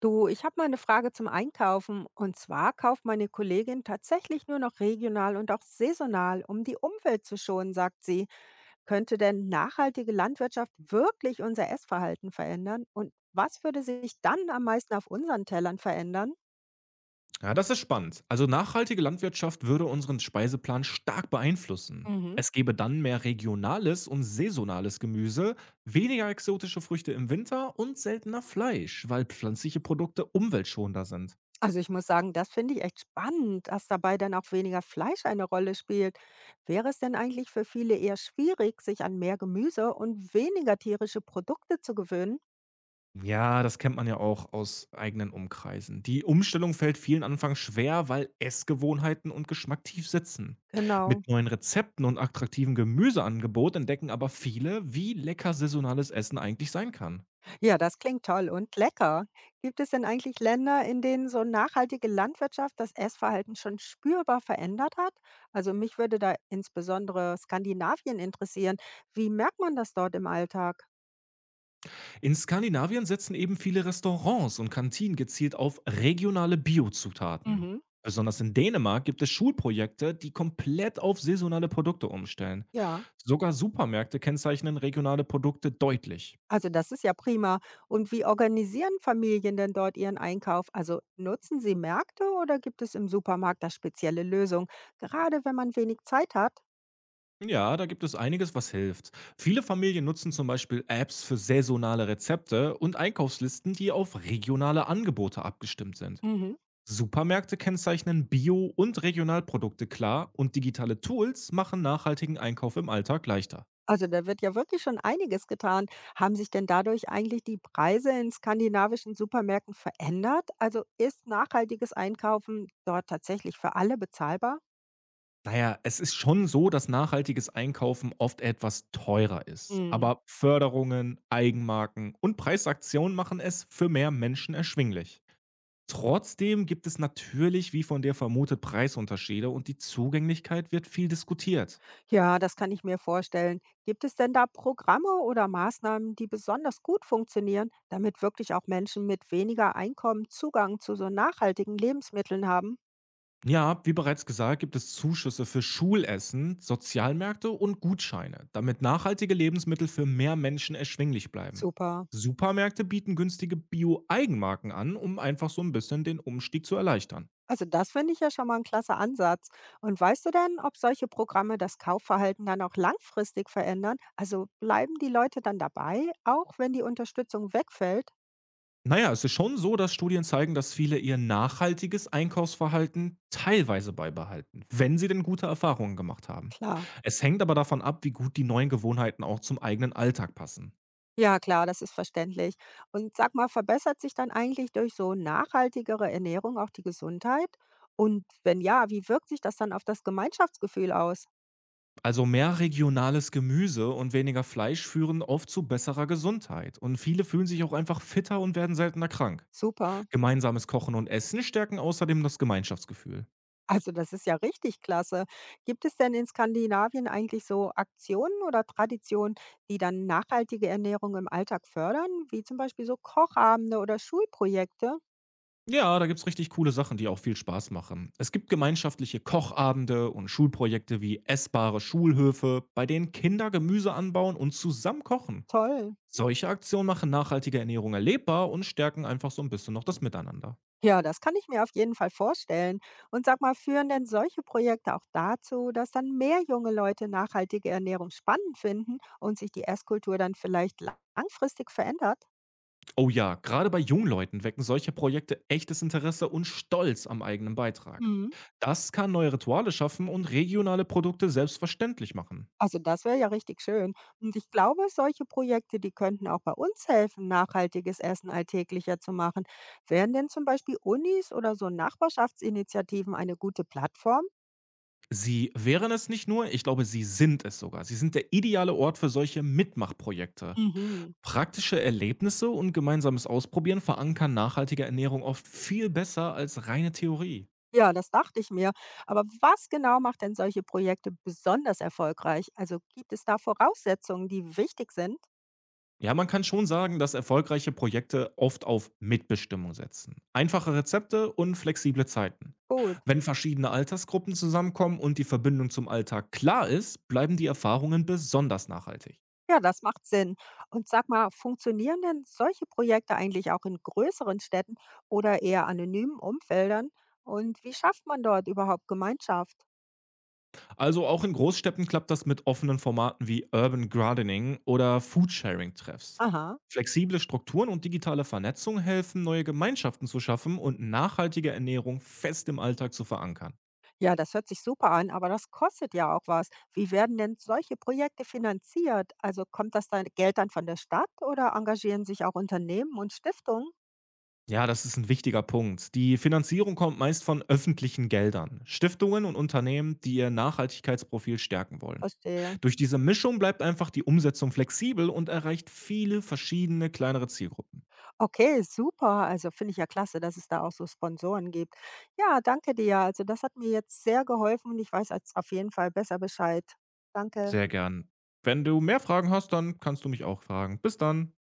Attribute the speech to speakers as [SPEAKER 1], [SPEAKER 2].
[SPEAKER 1] Du, ich habe mal eine Frage zum Einkaufen. Und zwar kauft meine Kollegin tatsächlich nur noch regional und auch saisonal, um die Umwelt zu schonen, sagt sie. Könnte denn nachhaltige Landwirtschaft wirklich unser Essverhalten verändern? Und was würde sich dann am meisten auf unseren Tellern verändern?
[SPEAKER 2] Ja, das ist spannend. Also nachhaltige Landwirtschaft würde unseren Speiseplan stark beeinflussen.
[SPEAKER 1] Mhm.
[SPEAKER 2] Es gäbe dann mehr regionales und saisonales Gemüse, weniger exotische Früchte im Winter und seltener Fleisch, weil pflanzliche Produkte umweltschonender sind.
[SPEAKER 1] Also ich muss sagen, das finde ich echt spannend, dass dabei dann auch weniger Fleisch eine Rolle spielt. Wäre es denn eigentlich für viele eher schwierig, sich an mehr Gemüse und weniger tierische Produkte zu gewöhnen?
[SPEAKER 2] Ja, das kennt man ja auch aus eigenen Umkreisen. Die Umstellung fällt vielen Anfangs schwer, weil Essgewohnheiten und Geschmack tief sitzen.
[SPEAKER 1] Genau.
[SPEAKER 2] Mit neuen Rezepten und attraktivem Gemüseangebot entdecken aber viele, wie lecker saisonales Essen eigentlich sein kann.
[SPEAKER 1] Ja, das klingt toll und lecker. Gibt es denn eigentlich Länder, in denen so nachhaltige Landwirtschaft das Essverhalten schon spürbar verändert hat? Also mich würde da insbesondere Skandinavien interessieren. Wie merkt man das dort im Alltag?
[SPEAKER 2] In Skandinavien setzen eben viele Restaurants und Kantinen gezielt auf regionale Biozutaten.
[SPEAKER 1] Mhm.
[SPEAKER 2] Besonders in Dänemark gibt es Schulprojekte, die komplett auf saisonale Produkte umstellen.
[SPEAKER 1] Ja,
[SPEAKER 2] Sogar Supermärkte kennzeichnen regionale Produkte deutlich.
[SPEAKER 1] also das ist ja prima. Und wie organisieren Familien denn dort ihren Einkauf? Also nutzen sie Märkte oder gibt es im Supermarkt da spezielle Lösungen, gerade wenn man wenig Zeit hat?
[SPEAKER 2] Ja, da gibt es einiges, was hilft. Viele Familien nutzen zum Beispiel Apps für saisonale Rezepte und Einkaufslisten, die auf regionale Angebote abgestimmt sind.
[SPEAKER 1] Mhm.
[SPEAKER 2] Supermärkte kennzeichnen Bio- und Regionalprodukte klar und digitale Tools machen nachhaltigen Einkauf im Alltag leichter.
[SPEAKER 1] Also da wird ja wirklich schon einiges getan. Haben sich denn dadurch eigentlich die Preise in skandinavischen Supermärkten verändert? Also ist nachhaltiges Einkaufen dort tatsächlich für alle bezahlbar?
[SPEAKER 2] Naja, es ist schon so, dass nachhaltiges Einkaufen oft etwas teurer ist.
[SPEAKER 1] Hm.
[SPEAKER 2] Aber Förderungen, Eigenmarken und Preisaktionen machen es für mehr Menschen erschwinglich. Trotzdem gibt es natürlich, wie von dir vermutet, Preisunterschiede und die Zugänglichkeit wird viel diskutiert.
[SPEAKER 1] Ja, das kann ich mir vorstellen. Gibt es denn da Programme oder Maßnahmen, die besonders gut funktionieren, damit wirklich auch Menschen mit weniger Einkommen Zugang zu so nachhaltigen Lebensmitteln haben?
[SPEAKER 2] Ja, wie bereits gesagt, gibt es Zuschüsse für Schulessen, Sozialmärkte und Gutscheine, damit nachhaltige Lebensmittel für mehr Menschen erschwinglich bleiben.
[SPEAKER 1] Super.
[SPEAKER 2] Supermärkte bieten günstige Bio-Eigenmarken an, um einfach so ein bisschen den Umstieg zu erleichtern.
[SPEAKER 1] Also das finde ich ja schon mal ein klasse Ansatz. Und weißt du denn, ob solche Programme das Kaufverhalten dann auch langfristig verändern? Also bleiben die Leute dann dabei, auch wenn die Unterstützung wegfällt?
[SPEAKER 2] Naja, es ist schon so, dass Studien zeigen, dass viele ihr nachhaltiges Einkaufsverhalten teilweise beibehalten, wenn sie denn gute Erfahrungen gemacht haben.
[SPEAKER 1] Klar.
[SPEAKER 2] Es hängt aber davon ab, wie gut die neuen Gewohnheiten auch zum eigenen Alltag passen.
[SPEAKER 1] Ja, klar, das ist verständlich. Und sag mal, verbessert sich dann eigentlich durch so nachhaltigere Ernährung auch die Gesundheit? Und wenn ja, wie wirkt sich das dann auf das Gemeinschaftsgefühl aus?
[SPEAKER 2] Also mehr regionales Gemüse und weniger Fleisch führen oft zu besserer Gesundheit. Und viele fühlen sich auch einfach fitter und werden seltener krank.
[SPEAKER 1] Super.
[SPEAKER 2] Gemeinsames Kochen und Essen stärken außerdem das Gemeinschaftsgefühl.
[SPEAKER 1] Also das ist ja richtig klasse. Gibt es denn in Skandinavien eigentlich so Aktionen oder Traditionen, die dann nachhaltige Ernährung im Alltag fördern, wie zum Beispiel so Kochabende oder Schulprojekte?
[SPEAKER 2] Ja, da gibt's richtig coole Sachen, die auch viel Spaß machen. Es gibt gemeinschaftliche Kochabende und Schulprojekte wie essbare Schulhöfe, bei denen Kinder Gemüse anbauen und zusammen kochen.
[SPEAKER 1] Toll.
[SPEAKER 2] Solche Aktionen machen nachhaltige Ernährung erlebbar und stärken einfach so ein bisschen noch das Miteinander.
[SPEAKER 1] Ja, das kann ich mir auf jeden Fall vorstellen. Und sag mal, führen denn solche Projekte auch dazu, dass dann mehr junge Leute nachhaltige Ernährung spannend finden und sich die Esskultur dann vielleicht langfristig verändert?
[SPEAKER 2] Oh ja, gerade bei Jungleuten wecken solche Projekte echtes Interesse und Stolz am eigenen Beitrag. Das kann neue Rituale schaffen und regionale Produkte selbstverständlich machen.
[SPEAKER 1] Also das wäre ja richtig schön. Und ich glaube, solche Projekte, die könnten auch bei uns helfen, nachhaltiges Essen alltäglicher zu machen. Wären denn zum Beispiel Unis oder so Nachbarschaftsinitiativen eine gute Plattform?
[SPEAKER 2] Sie wären es nicht nur, ich glaube, sie sind es sogar. Sie sind der ideale Ort für solche Mitmachprojekte.
[SPEAKER 1] Mhm.
[SPEAKER 2] Praktische Erlebnisse und gemeinsames Ausprobieren verankern nachhaltige Ernährung oft viel besser als reine Theorie.
[SPEAKER 1] Ja, das dachte ich mir. Aber was genau macht denn solche Projekte besonders erfolgreich? Also gibt es da Voraussetzungen, die wichtig sind?
[SPEAKER 2] Ja, man kann schon sagen, dass erfolgreiche Projekte oft auf Mitbestimmung setzen. Einfache Rezepte und flexible Zeiten.
[SPEAKER 1] Cool.
[SPEAKER 2] Wenn verschiedene Altersgruppen zusammenkommen und die Verbindung zum Alltag klar ist, bleiben die Erfahrungen besonders nachhaltig.
[SPEAKER 1] Ja, das macht Sinn. Und sag mal, funktionieren denn solche Projekte eigentlich auch in größeren Städten oder eher anonymen Umfeldern? Und wie schafft man dort überhaupt Gemeinschaft?
[SPEAKER 2] Also auch in Großstädten klappt das mit offenen Formaten wie Urban Gardening oder Foodsharing-Treffs.
[SPEAKER 1] Aha,
[SPEAKER 2] Flexible Strukturen und digitale Vernetzung helfen, neue Gemeinschaften zu schaffen und nachhaltige Ernährung fest im Alltag zu verankern.
[SPEAKER 1] ja, das hört sich super an, aber das kostet ja auch was. Wie werden denn solche Projekte finanziert? Also kommt das dann Geld dann von der Stadt oder engagieren sich auch Unternehmen und Stiftungen?
[SPEAKER 2] Ja, das ist ein wichtiger Punkt. Die Finanzierung kommt meist von öffentlichen Geldern, Stiftungen und Unternehmen, die ihr Nachhaltigkeitsprofil stärken wollen.
[SPEAKER 1] Verstehe.
[SPEAKER 2] Durch diese Mischung bleibt einfach die Umsetzung flexibel und erreicht viele verschiedene kleinere Zielgruppen.
[SPEAKER 1] Okay, super. Also finde ich ja klasse, dass es da auch so Sponsoren gibt. Ja, danke dir. Also das hat mir jetzt sehr geholfen und ich weiß jetzt auf jeden Fall besser Bescheid. Danke.
[SPEAKER 2] Sehr gern. Wenn du mehr Fragen hast, dann kannst du mich auch fragen. Bis dann.